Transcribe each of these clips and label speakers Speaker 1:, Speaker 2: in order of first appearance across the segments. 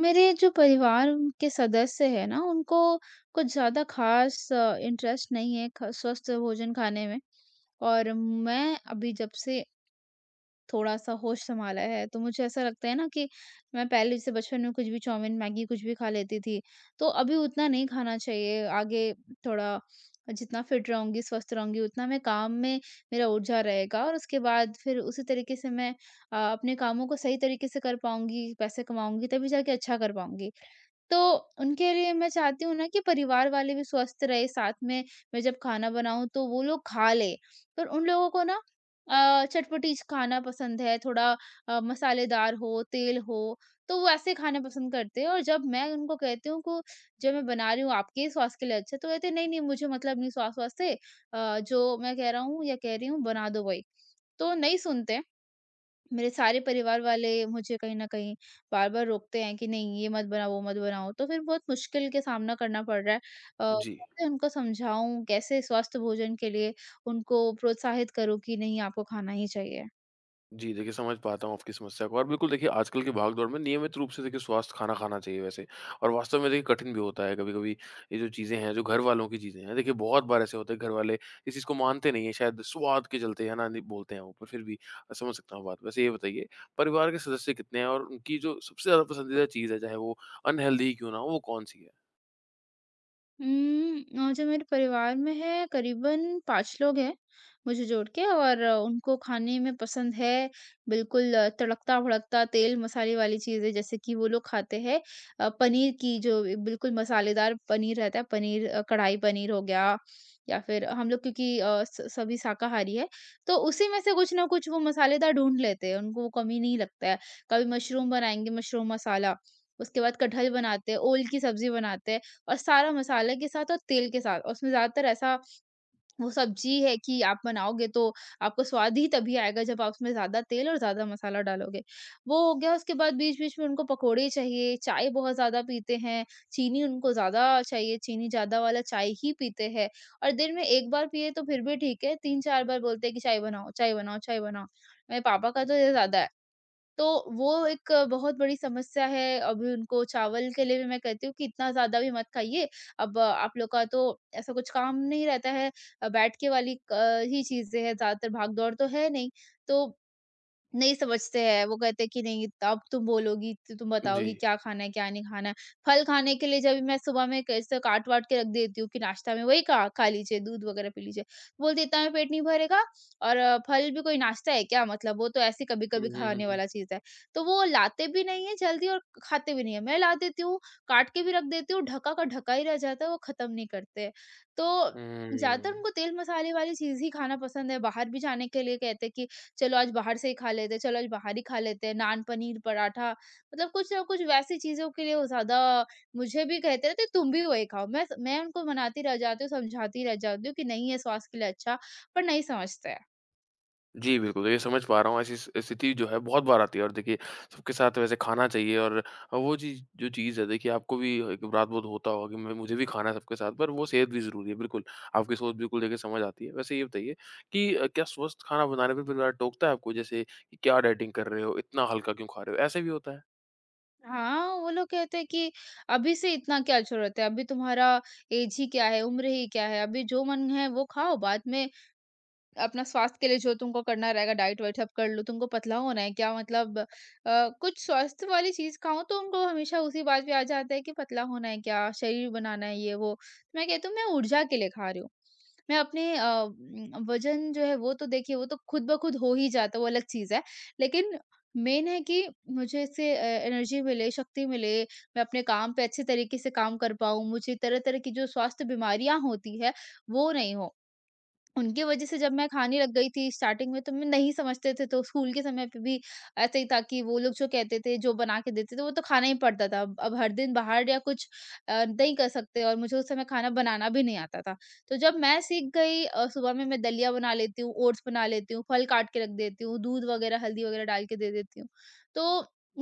Speaker 1: मेरे जो परिवार के सदस्य हैं ना, उनको कुछ ज़्यादा ख़ास इंटरेस्ट नहीं है ख स्वस्थ भोजन खाने में। और मैं अभी जब से थोड़ा-सा होश सँभाला है, तो मुझे ऐसा लगता है ना कि मैं पहले जैसे बचपन में कुछ भी चाउमीन, मैगी कुछ भी खा लेती थी, तो अभी उतना नहीं खाना चाहिए। आगे थोड़ा जितना फिट रहूँगी, स्वस्थ रहूँगी, उतना मैं काम में मेरा ऊर्जा रहेगा और उसके बाद फिर उसी तरीके से मैं अपने कामों को सही तरीके से कर पाऊँगी, पैसे कमाऊँगी, तभी जाके अच्छा कर पाऊँगी। तो उनके लिए मैं चाहती हूँ ना कि परिवार वाले भी स्वस्थ रहे, साथ में मैं जब खाना बनाऊँ तो वो लोग खा ले, पर उन लोगों को ना चटपटी खाना पसंद है, थोड़ा मसालेदार हो, तेल हो। तो वो ऐसे खाने पसंद करते हैं, और जब मैं उनको कहती हूँ को जो मैं बना रही हूँ आपके ही स्वास्थ्य के लिए अच्छा है, तो कहते हैं, नहीं नहीं, मुझे मतलब नहीं स्वास्थ्य वास्ते। जो मैं कह रहा हूँ या कह रही हूँ, बना दो भाई। तो नहीं सुनते। मेरे सारे परिवार वाले मुझे कहीं न कहीं बार-बार रोकते हैं कि नहीं ये मत बनाओ, वो मत बनाओ, तो फिर बहुत मुश्किल के सामना करना पड़ रहा है।
Speaker 2: जी,
Speaker 1: कैसे उनको समझाऊँ, कैसे स्वस्थ भोजन के लिए उनको प्रोत्साहित करूँ कि नहीं आपको खाना ही चाहिए?
Speaker 2: जी, देखिए समझ पाता हूँ आपकी समस्या को। और बिल्कुल देखिए आजकल के भागदौड़ में नियमित रूप से देखिए स्वस्थ खाना खाना चाहिए वैसे। और वास्तव में देखिए कठिन भी होता है कभी-कभी। ये जो चीज़ें हैं, जो घर वालों की चीज़ें हैं, देखिए बहुत बार ऐसे होते हैं घर वाले इस चीज़ को मानते नहीं हैं शायद स्वाद के चलते है ना, नहीं बोलते हैं वो पर फिर भी समझ सकता हूँ बात। वैसे ये बताइए परिवार के सदस्य कितने हैं और उनकी जो सबसे ज़्यादा पसंदीदा चीज़ है चाहे वो अनहेल्दी ही क्यों ना हो, वो कौन-सी है?
Speaker 1: हुँ, और जो मेरे परिवार में है करीबन 5 लोग हैं, मुझे जोड़ के। और उनको खाने में पसंद है बिल्कुल तड़कता-भड़कता तेल-मसाले वाली चीज़ें, जैसे कि वो लोग खाते हैं पनीर की, जो बिल्कुल मसालेदार पनीर रहता है, पनीर कढ़ाई पनीर हो गया। या फिर हम लोग क्योंकि अ, स सभी शाकाहारी है, तो उसी में से कुछ ना कुछ वो मसालेदार ढूँढ लेते हैं, उनको वो कमी नहीं लगता है। कभी मशरूम बनाएँगे, मशरूम मसाला, उसके बाद कटहल बनाते हैं, ओल की सब्ज़ी बनाते हैं। और सारा मसाले के साथ और तेल के साथ। और उसमें ज़्यादातर ऐसा वो सब्ज़ी है कि आप बनाओगे तो आपको स्वाद ही तभी आएगा जब आप उसमें ज़्यादा तेल और ज़्यादा मसाला डालोगे। वो हो गया, उसके बाद बीच-बीच में उनको पकौड़े चाहिए, चाय बहुत ज़्यादा पीते हैं, चीनी उनको ज़्यादा चाहिए, चीनी ज़्यादा वाला चाय ही पीते हैं। और दिन में 1 बार पिए तो फिर भी ठीक है, 3-4 बार बोलते हैं कि चाय बनाओ, चाय बनाओ, चाय बनाओ। मेरे पापा का तो ये ज़्यादा है। तो वो एक बहुत बड़ी समस्या है। अभी उनको चावल के लिए भी मैं कहती हूँ कि इतना ज़्यादा भी मत खाइए। अब आप लोग का तो ऐसा कुछ काम नहीं रहता है। बैठ के वाली क ही चीज़ें हैं ज़्यादातर, भाग-दौड़ तो है नहीं। तो नहीं समझते हैं, वो कहते हैं कि नहीं अब तुम बोलोगी तो तुम
Speaker 2: जी।
Speaker 1: बताओगी क्या खाना है, क्या नहीं खाना है। फल खाने के लिए जब मैं सुबह में कैसे काट वाट के रख देती हूँ कि नाश्ता में वही खा खा लीजिए, दूध वगैरह पी लीजिए, बोलते इतना में पेट नहीं भरेगा। और फल भी कोई नाश्ता है क्या, मतलब वो तो ऐसे कभी
Speaker 2: हुँ,
Speaker 1: कभी
Speaker 2: हुँ, हुँ,
Speaker 1: खाने
Speaker 2: हुँ।
Speaker 1: वाला चीज है। तो वो लाते भी नहीं है जल्दी, और खाते भी नहीं है। मैं ला देती हूँ, काट के भी रख देती हूँ, ढका का ढका ही रह जाता है, वो खत्म नहीं करते हैं। तो ज्यादातर
Speaker 2: हुँ।
Speaker 1: उनको तेल मसाले वाली चीज ही खाना पसंद है। बाहर भी जाने के लिए कहते हैं कि चलो आज बाहर से ही खा लेते हैं, चलो आज बाहर ही खा लेते हैं, नान, पनीर, पराठा, मतलब कुछ ना कुछ वैसी चीज़ों के लिए वो ज़्यादा मुझे भी कहते रहते हैं, "तुम भी वही खाओ।" मैं उनको मनाती रह जाती हूँ, समझाती रह जाती हूँ कि नहीं ये स्वास्थ्य के लिए अच्छा, पर नहीं समझते हैं।
Speaker 2: जी, बिल्कुल, देखिए समझ पा रहा हूँ ऐसी स स्थिति जो है बहुत बार आती है। और देखिए सबके साथ वैसे खाना चाहिए। और वो चीज़ जो चीज़ है देखिए आपको भी एक रात-भर होता होगा कि मैं मुझे भी खाना है सबके साथ पर वो सेहत भी ज़रूरी है, बिल्कुल। आपकी सोच बिल्कुल देखिए समझ आती है। वैसे ये बताइए कि क्या स्वस्थ खाना बनाने पे परिवार टोकता है आपको? जैसे कि क्या डाइटिंग कर रहे हो, इतना हल्का क्यों खा रहे हो? ऐसे भी होता है?
Speaker 1: हाँ, वो लोग कहते हैं कि अभी से इतना क्या ज़रूरत है, अभी तुम्हारा ऐज ही क्या है, उम्र ही क्या है, अभी जो मन है वो खाओ, बाद में अपना स्वास्थ्य के लिए जो तुमको करना रहेगा डाइट वाइट सब कर लो, तुमको पतला होना है क्या, मतलब कुछ स्वास्थ्य वाली चीज खाओ तो उनको हमेशा उसी बात पे आ जाता है कि पतला होना है क्या, शरीर बनाना है, ये वो। तो मैं कहती हूँ मैं ऊर्जा के लिए खा रही हूँ। मैं अपने वजन जो है वो तो देखिए वो तो खुद ब खुद हो ही जाता है, वो अलग चीज है, लेकिन मेन है कि मुझे इससे एनर्जी मिले, शक्ति मिले, मैं अपने काम पे अच्छे तरीके से काम कर पाऊँ। मुझे तरह तरह की जो स्वास्थ्य बीमारियां होती है वो नहीं हो। उनकी वज़ह से जब मैं खाने लग गई थी स्टार्टिंग में तो मैं नहीं समझते थे, तो स्कूल के समय पे भी ऐसे ही था कि वो लोग जो कहते थे, जो बना के देते थे वो तो खाना ही पड़ता था। अब हर दिन बाहर या कुछ नहीं कर सकते, और मुझे उस समय खाना बनाना भी नहीं आता था। तो जब मैं सीख गई सुबह में मैं दलिया बना लेती हूँ, ओट्स बना लेती हूँ, फल काट के रख देती हूँ, दूध वग़ैरह हल्दी वग़ैरह डाल के दे देती हूँ। तो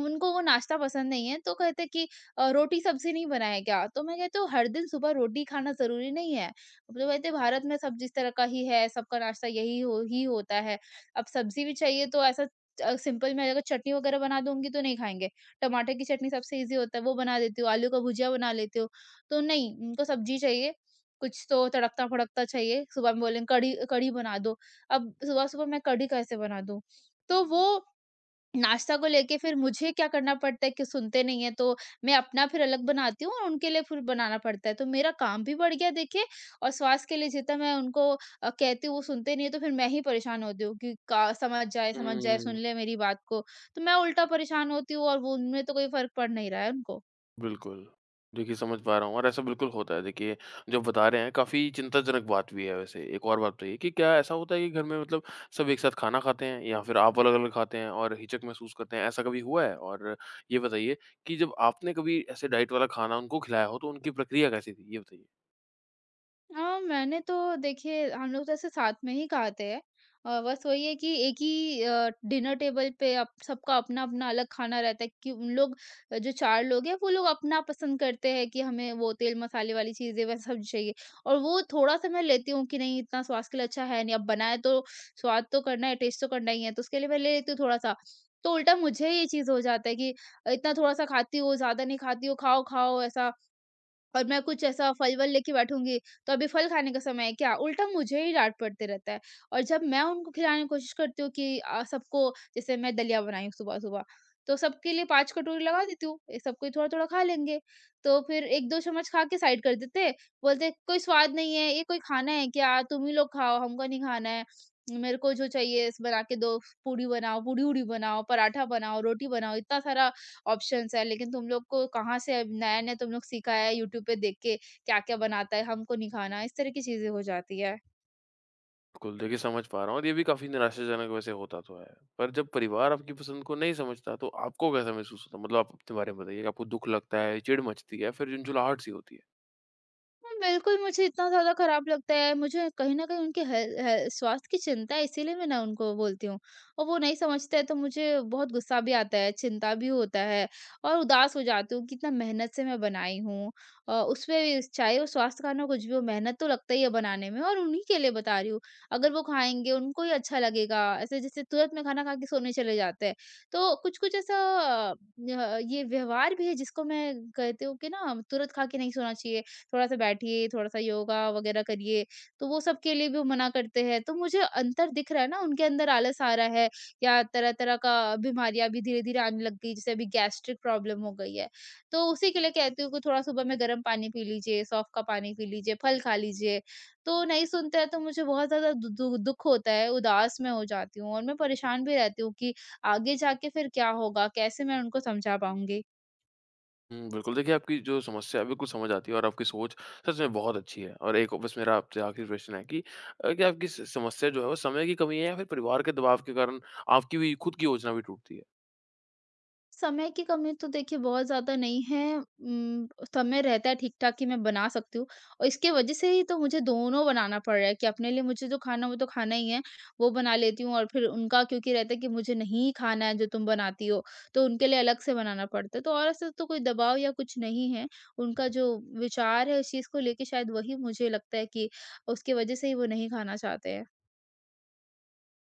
Speaker 1: उनको वो नाश्ता पसंद नहीं है, तो कहते हैं कि रोटी सब्ज़ी नहीं बनाया क्या? तो मैं कहती हूँ हर दिन सुबह रोटी खाना ज़रूरी नहीं है। अब तो वैसे भारत में सब जिस तरह का ही है, सबका नाश्ता यही हो ही होता है। अब सब्ज़ी भी चाहिए, तो ऐसा सिंपल मैं अगर चटनी वगैरह बना दूँगी तो नहीं खाएँगे। टमाटर की चटनी सबसे ईज़ी होता है, वो बना देती हूँ, आलू का भुजिया बना लेती हूँ। तो नहीं, उनको सब्ज़ी चाहिए, कुछ तो तड़कता-फड़कता चाहिए। सुबह में बोलेंगे कढ़ी कढ़ी बना दो, अब सुबह-सुबह मैं कढ़ी कैसे बना दूँ? तो वो नाश्ता को लेके फिर मुझे क्या करना पड़ता है कि सुनते नहीं है, तो मैं अपना फिर अलग बनाती हूँ और उनके लिए फिर बनाना पड़ता है, तो मेरा काम भी बढ़ गया देखिए। और स्वास्थ्य के लिए जितना मैं उनको कहती हूँ वो सुनते नहीं है, तो फिर मैं ही परेशान होती हूँ कि का समझ जाए, समझ जाए, सुन
Speaker 2: हुँ।
Speaker 1: ले मेरी बात को। तो मैं उल्टा परेशान होती हूँ और वो उनमें तो कोई फर्क पड़ नहीं रहा है उनको।
Speaker 2: बिल्कुल। देखिए, समझ पा रहा हूँ और ऐसा बिल्कुल होता है। देखिए, जो बता रहे हैं काफ़ी चिंताजनक बात भी है वैसे। एक और बात बताइए कि क्या ऐसा होता है कि घर में मतलब सब एक साथ खाना खाते हैं या फिर आप अलग-अलग खाते हैं और हिचक महसूस करते हैं, ऐसा कभी हुआ है? और ये बताइए कि जब आपने कभी ऐसे डाइट वाला खाना उनको खिलाया हो, तो उनकी प्रक्रिया कैसी थी? ये बताइए।
Speaker 1: हाँ, मैंने तो देखिए हम लोग जैसे साथ में ही खाते हैं, बस वही है कि एक ही डिनर टेबल पे सबका अपना अपना अलग खाना रहता है कि उन लोग जो चार लोग हैं वो लोग अपना पसंद करते हैं कि हमें वो तेल मसाले वाली चीजें वह सब चाहिए। और वो थोड़ा सा मैं लेती हूँ कि नहीं इतना स्वास्थ्य के लिए अच्छा है, नहीं अब बनाए तो स्वाद तो करना है, टेस्ट तो करना ही है, तो उसके लिए मैं ले लेती हूँ थोड़ा सा। तो उल्टा मुझे ये चीज हो जाता है कि इतना थोड़ा सा खाती हो, ज्यादा नहीं खाती हो, खाओ खाओ, ऐसा। और मैं कुछ ऐसा फल-वल लेके बैठूँगी, तो अभी फल खाने का समय है क्या? उल्टा मुझे ही डाँट पड़ते रहता है। और जब मैं उनको खिलाने की कोशिश करती हूँ कि सबको, जैसे मैं दलिया बनाई हूँ सुबह-सुबह, तो सबके लिए 5 कटोरी लगा देती हूँ, ये सब कोई थोड़ा-थोड़ा खा लेंगे। तो फिर 1-2 चम्मच खा के साइड कर देते हैं, बोलते हैं, "कोई स्वाद नहीं है, ये कोई खाना है क्या? तुम ही लोग खाओ, हमको नहीं खाना है। मेरे को जो चाहिए बना के दो, पूड़ी बनाओ, पूड़ी-वूड़ी बनाओ, पराठा बनाओ, रोटी बनाओ, इतना सारा ऑप्शंस है, लेकिन तुम लोग को कहाँ से नया-नया तुम लोग सीखा है यूट्यूब पे देख के क्या-क्या बनाता है, हमको नहीं खाना।" इस तरह की चीज़ें हो जाती है।
Speaker 2: बिल्कुल, देखिए समझ पा रहा हूँ और ये भी काफ़ी निराशाजनक वैसे होता तो है। पर जब परिवार आपकी पसंद को नहीं समझता, तो आपको कैसा महसूस होता है? मतलब आप अपने बारे में बताइए, कि आपको दुःख लगता है, चिढ़ मचती है या फिर झुंझुलाहट-सी होती है?
Speaker 1: बिल्कुल, मुझे इतना ज़्यादा खराब लगता है, मुझे कहीं न कहीं उनके हेल हेल स्वास्थ्य की चिंता है, इसीलिए मैं ना उनको बोलती हूँ। और वो नहीं समझते हैं, तो मुझे बहुत गुस्सा भी आता है, चिंता भी होता है, और उदास हो जाती हूँ कि इतना मेहनत से मैं बनाई हूँ। उसमें भी चाहे वो स्वास्थ्य खाना हो कुछ भी हो, मेहनत तो लगता ही है बनाने में, और उन्हीं के लिए बता रही हूँ। अगर वो खाएँगे उनको ही अच्छा लगेगा, ऐसे जैसे तुरंत में खाना खा के सोने चले जाते हैं। तो कुछ-कुछ ऐसा ये व्यवहार भी है, जिसको मैं कहती हूँ कि ना तुरंत खा के नहीं सोना चाहिए। थोड़ा-सा बैठिए, थोड़ा-सा योगा वगैरह करिए, तो वो सबके लिए भी मना करते हैं। तो मुझे अंतर दिख रहा है ना, उनके अंदर आलस आ रहा है या तरह-तरह का बीमारियाँ भी धीरे-धीरे आने लग गई, जैसे अभी गैस्ट्रिक प्रॉब्लम हो गई है। तो उसी के लिए कहती हूँ कि थोड़ा सुबह में गर्म पानी पी लीजिए, सौंफ का पानी पी लीजिए, फल खा लीजिए। तो नहीं सुनते हैं, तो मुझे बहुत ज़्यादा दु दु दुःख होता है, उदास मैं हो जाती हूँ, और मैं परेशान भी रहती हूँ कि आगे जाके फिर क्या होगा? कैसे मैं उनको समझा पाऊँगी?
Speaker 2: हुँ, बिल्कुल। देखिए, आपकी जो समस्या है बिल्कुल समझ आती है और आपकी सोच सच में बहुत अच्छी है। और एक बस मेरा आपसे आखिरी प्रश्न है कि क्या आपकी स समस्या जो है वो समय की कमी है या फिर परिवार के दबाव के कारण आपकी भी खुद की योजना भी टूटती है?
Speaker 1: समय की कमी तो देखिए बहुत ज़्यादा नहीं है, समय रहता है ठीक-ठाक कि मैं बना सकती हूँ। और इसके वजह से ही तो मुझे दोनों बनाना पड़ रहा है कि अपने लिए मुझे जो खाना है वो तो खाना ही है, वो बना लेती हूँ, और फिर उनका क्योंकि रहता है कि मुझे नहीं खाना है जो तुम बनाती हो, तो उनके लिए अलग से बनाना पड़ता है। तो और ऐसा तो कोई दबाव या कुछ नहीं है, उनका जो विचार है इस चीज़ को लेके, शायद वही मुझे लगता है कि उसकी वजह से ही वो नहीं खाना चाहते हैं।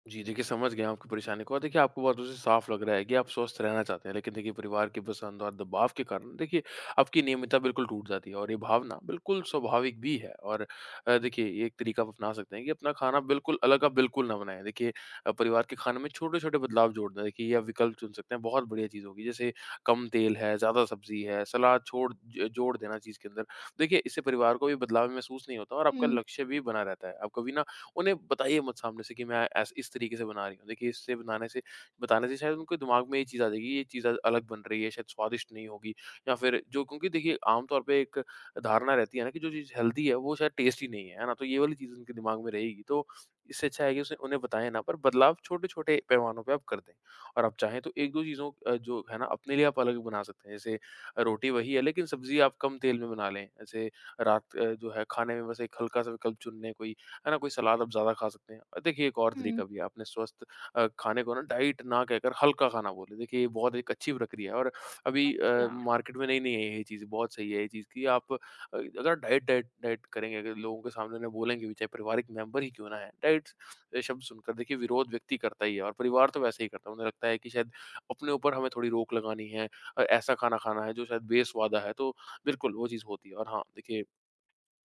Speaker 2: जी, देखिए समझ गया आपकी परेशानी को। और देखिए आपको बहुत उससे साफ लग रहा है कि आप स्वस्थ रहना चाहते हैं। लेकिन देखिए परिवार की पसंद और दबाव के कारण देखिए आपकी नियमितता बिल्कुल टूट जाती है और ये भावना बिल्कुल स्वाभाविक भी है। और देखिए ये एक तरीका आप अपना सकते हैं कि अपना खाना बिल्कुल अलग आप बिल्कुल ना बनाएँ। देखिए परिवार के खाने में छोटे-छोटे बदलाव जोड़ दें। देखिए ये आप विकल्प चुन सकते हैं, बहुत बढ़िया चीज़ होगी। जैसे कम तेल है, ज़्यादा सब्ज़ी है, सलाद छोड़ ज जोड़ देना चीज़ के अंदर। देखिए इससे परिवार को भी बदलाव महसूस नहीं होता और आपका
Speaker 1: हुँ,
Speaker 2: लक्ष्य भी बना रहता है। आप कभी ना उन्हें बताइए मत सामने से कि मैं ऐस इस तरीके से बना रही हूँ। देखिए इससे बनाने से बताने से शायद उनके दिमाग में ये चीज़ आ जाएगी, ये चीज़ आज अलग बन रही है, शायद स्वादिष्ट नहीं होगी या फिर जो क्योंकि देखिए आम तौर पे एक धारणा रहती है ना कि जो चीज़ हेल्दी है वो शायद टेस्टी नहीं है, है ना? तो ये वाली चीज़ उनके दिमाग में रहेगी। तो इससे अच्छा है कि उसे उन्हें बताएँ ना पर बदलाव छोटे-छोटे पैमानों पे आप कर दें। और आप चाहें तो 1-2 चीज़ों जो है ना अपने लिए आप अलग बना सकते हैं। जैसे रोटी वही है लेकिन सब्ज़ी आप कम तेल में बना लें। ऐसे जो है खाने में बस एक हल्का-सा विकल्प चुन लें कोई, है ना, कोई सलाद आप ज़्यादा खा सकते हैं। देखिए एक और
Speaker 1: हुँ।
Speaker 2: तरीका भी है, आपने स्वस्थ खाने को ना डाइट ना कहकर हल्का खाना बोले। देखिए ये बहुत एक अच्छी प्रक्रिया है और अभी
Speaker 1: अच्छा।
Speaker 2: मार्केट में नई-नई है ये चीज़, बहुत सही है ये चीज़ कि आप अगर डाइट डाइट डाइट करेंगे, अगर लोगों के सामने ना बोलेंगे भी, चाहे पारिवारिक मेंबर ही क्यों ना है, डाइट शब्द सुनकर देखिए विरोध व्यक्ति करता ही है और परिवार तो वैसे ही करता है। उन्हें लगता है कि शायद अपने ऊपर हमें थोड़ी रोक लगानी है, ऐसा खाना खाना है जो शायद बेस्वादा है, तो बिल्कुल वो चीज़ होती है। और हाँ, देखिए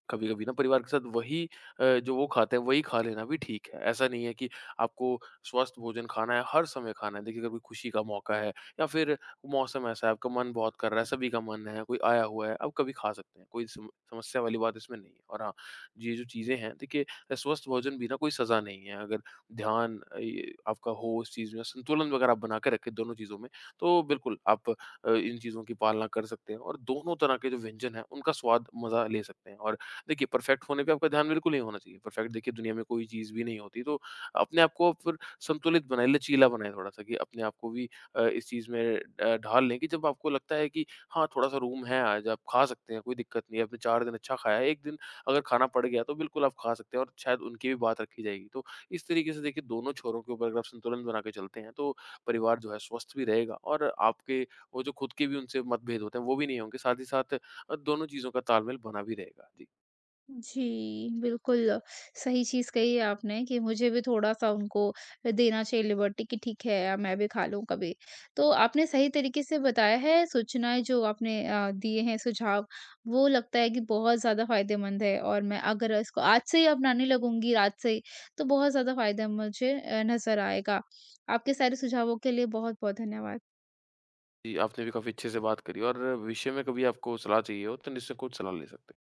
Speaker 2: कभी-कभी ना परिवार के साथ वही जो वो खाते हैं वही खा लेना भी ठीक है। ऐसा नहीं है कि आपको स्वस्थ भोजन खाना है, हर समय खाना है। देखिए कभी खुशी का मौका है या फिर मौसम ऐसा है, आपका मन बहुत कर रहा है, सभी का मन है, कोई आया हुआ है, आप कभी खा सकते हैं। कोई सम समस्या वाली बात इसमें नहीं है। और हाँ, ये जो चीज़ें हैं देखिए स्वस्थ भोजन भी ना कोई सज़ा नहीं है। अगर ध्यान ये आपका हो उस चीज़ में संतुलन वगैरह आप बना के रखें दोनों चीज़ों में, तो बिल्कुल आप इन चीज़ों की पालना कर सकते हैं और दोनों तरह के जो व्यंजन हैं उनका स्वाद मज़ा ले सकते हैं। और देखिए परफेक्ट होने पे आपका ध्यान बिल्कुल नहीं होना चाहिए। परफेक्ट देखिए दुनिया में कोई चीज़ भी नहीं होती। तो अपने आप को फिर संतुलित बनाएँ, लचीला बनाएँ थोड़ा-सा कि अपने आप को भी इस चीज़ में ढाल लें कि जब आपको लगता है कि हाँ, थोड़ा-सा रूम है आज, आप खा सकते हैं, कोई दिक्कत नहीं है। आपने 4 दिन अच्छा खाया है, 1 दिन अगर खाना पड़ गया तो बिल्कुल आप खा सकते हैं और शायद उनकी भी बात रखी जाएगी। तो इस तरीके से देखिए दोनों छोरों के ऊपर अगर आप संतुलन बना के चलते हैं तो परिवार जो है स्वस्थ भी रहेगा और आपके वो जो खुद के भी उनसे मतभेद होते हैं वो भी नहीं होंगे। साथ ही साथ दोनों चीज़ों का तालमेल बना भी रहेगा। जी।
Speaker 1: जी, बिल्कुल, सही चीज़ कही है आपने कि मुझे भी थोड़ा-सा उनको देना चाहिए लिबर्टी कि ठीक है, मैं भी खा लूँ कभी। तो आपने सही तरीके से बताया है, सूचनाएँ जो आपने दिए हैं, सुझाव, वो लगता है कि बहुत ज़्यादा फ़ायदेमंद है। और मैं अगर इसको आज से ही अपनाने लगूँगी, रात से ही, तो बहुत ज़्यादा फ़ायदा मुझे नज़र आएगा। आपके सारे सुझावों के लिए बहुत-बहुत धन्यवाद।
Speaker 2: जी, आपने भी काफ़ी अच्छे से बात करी और विषय में कभी आपको सलाह चाहिए हो तो निसंकोच सलाह ले सकते हैं।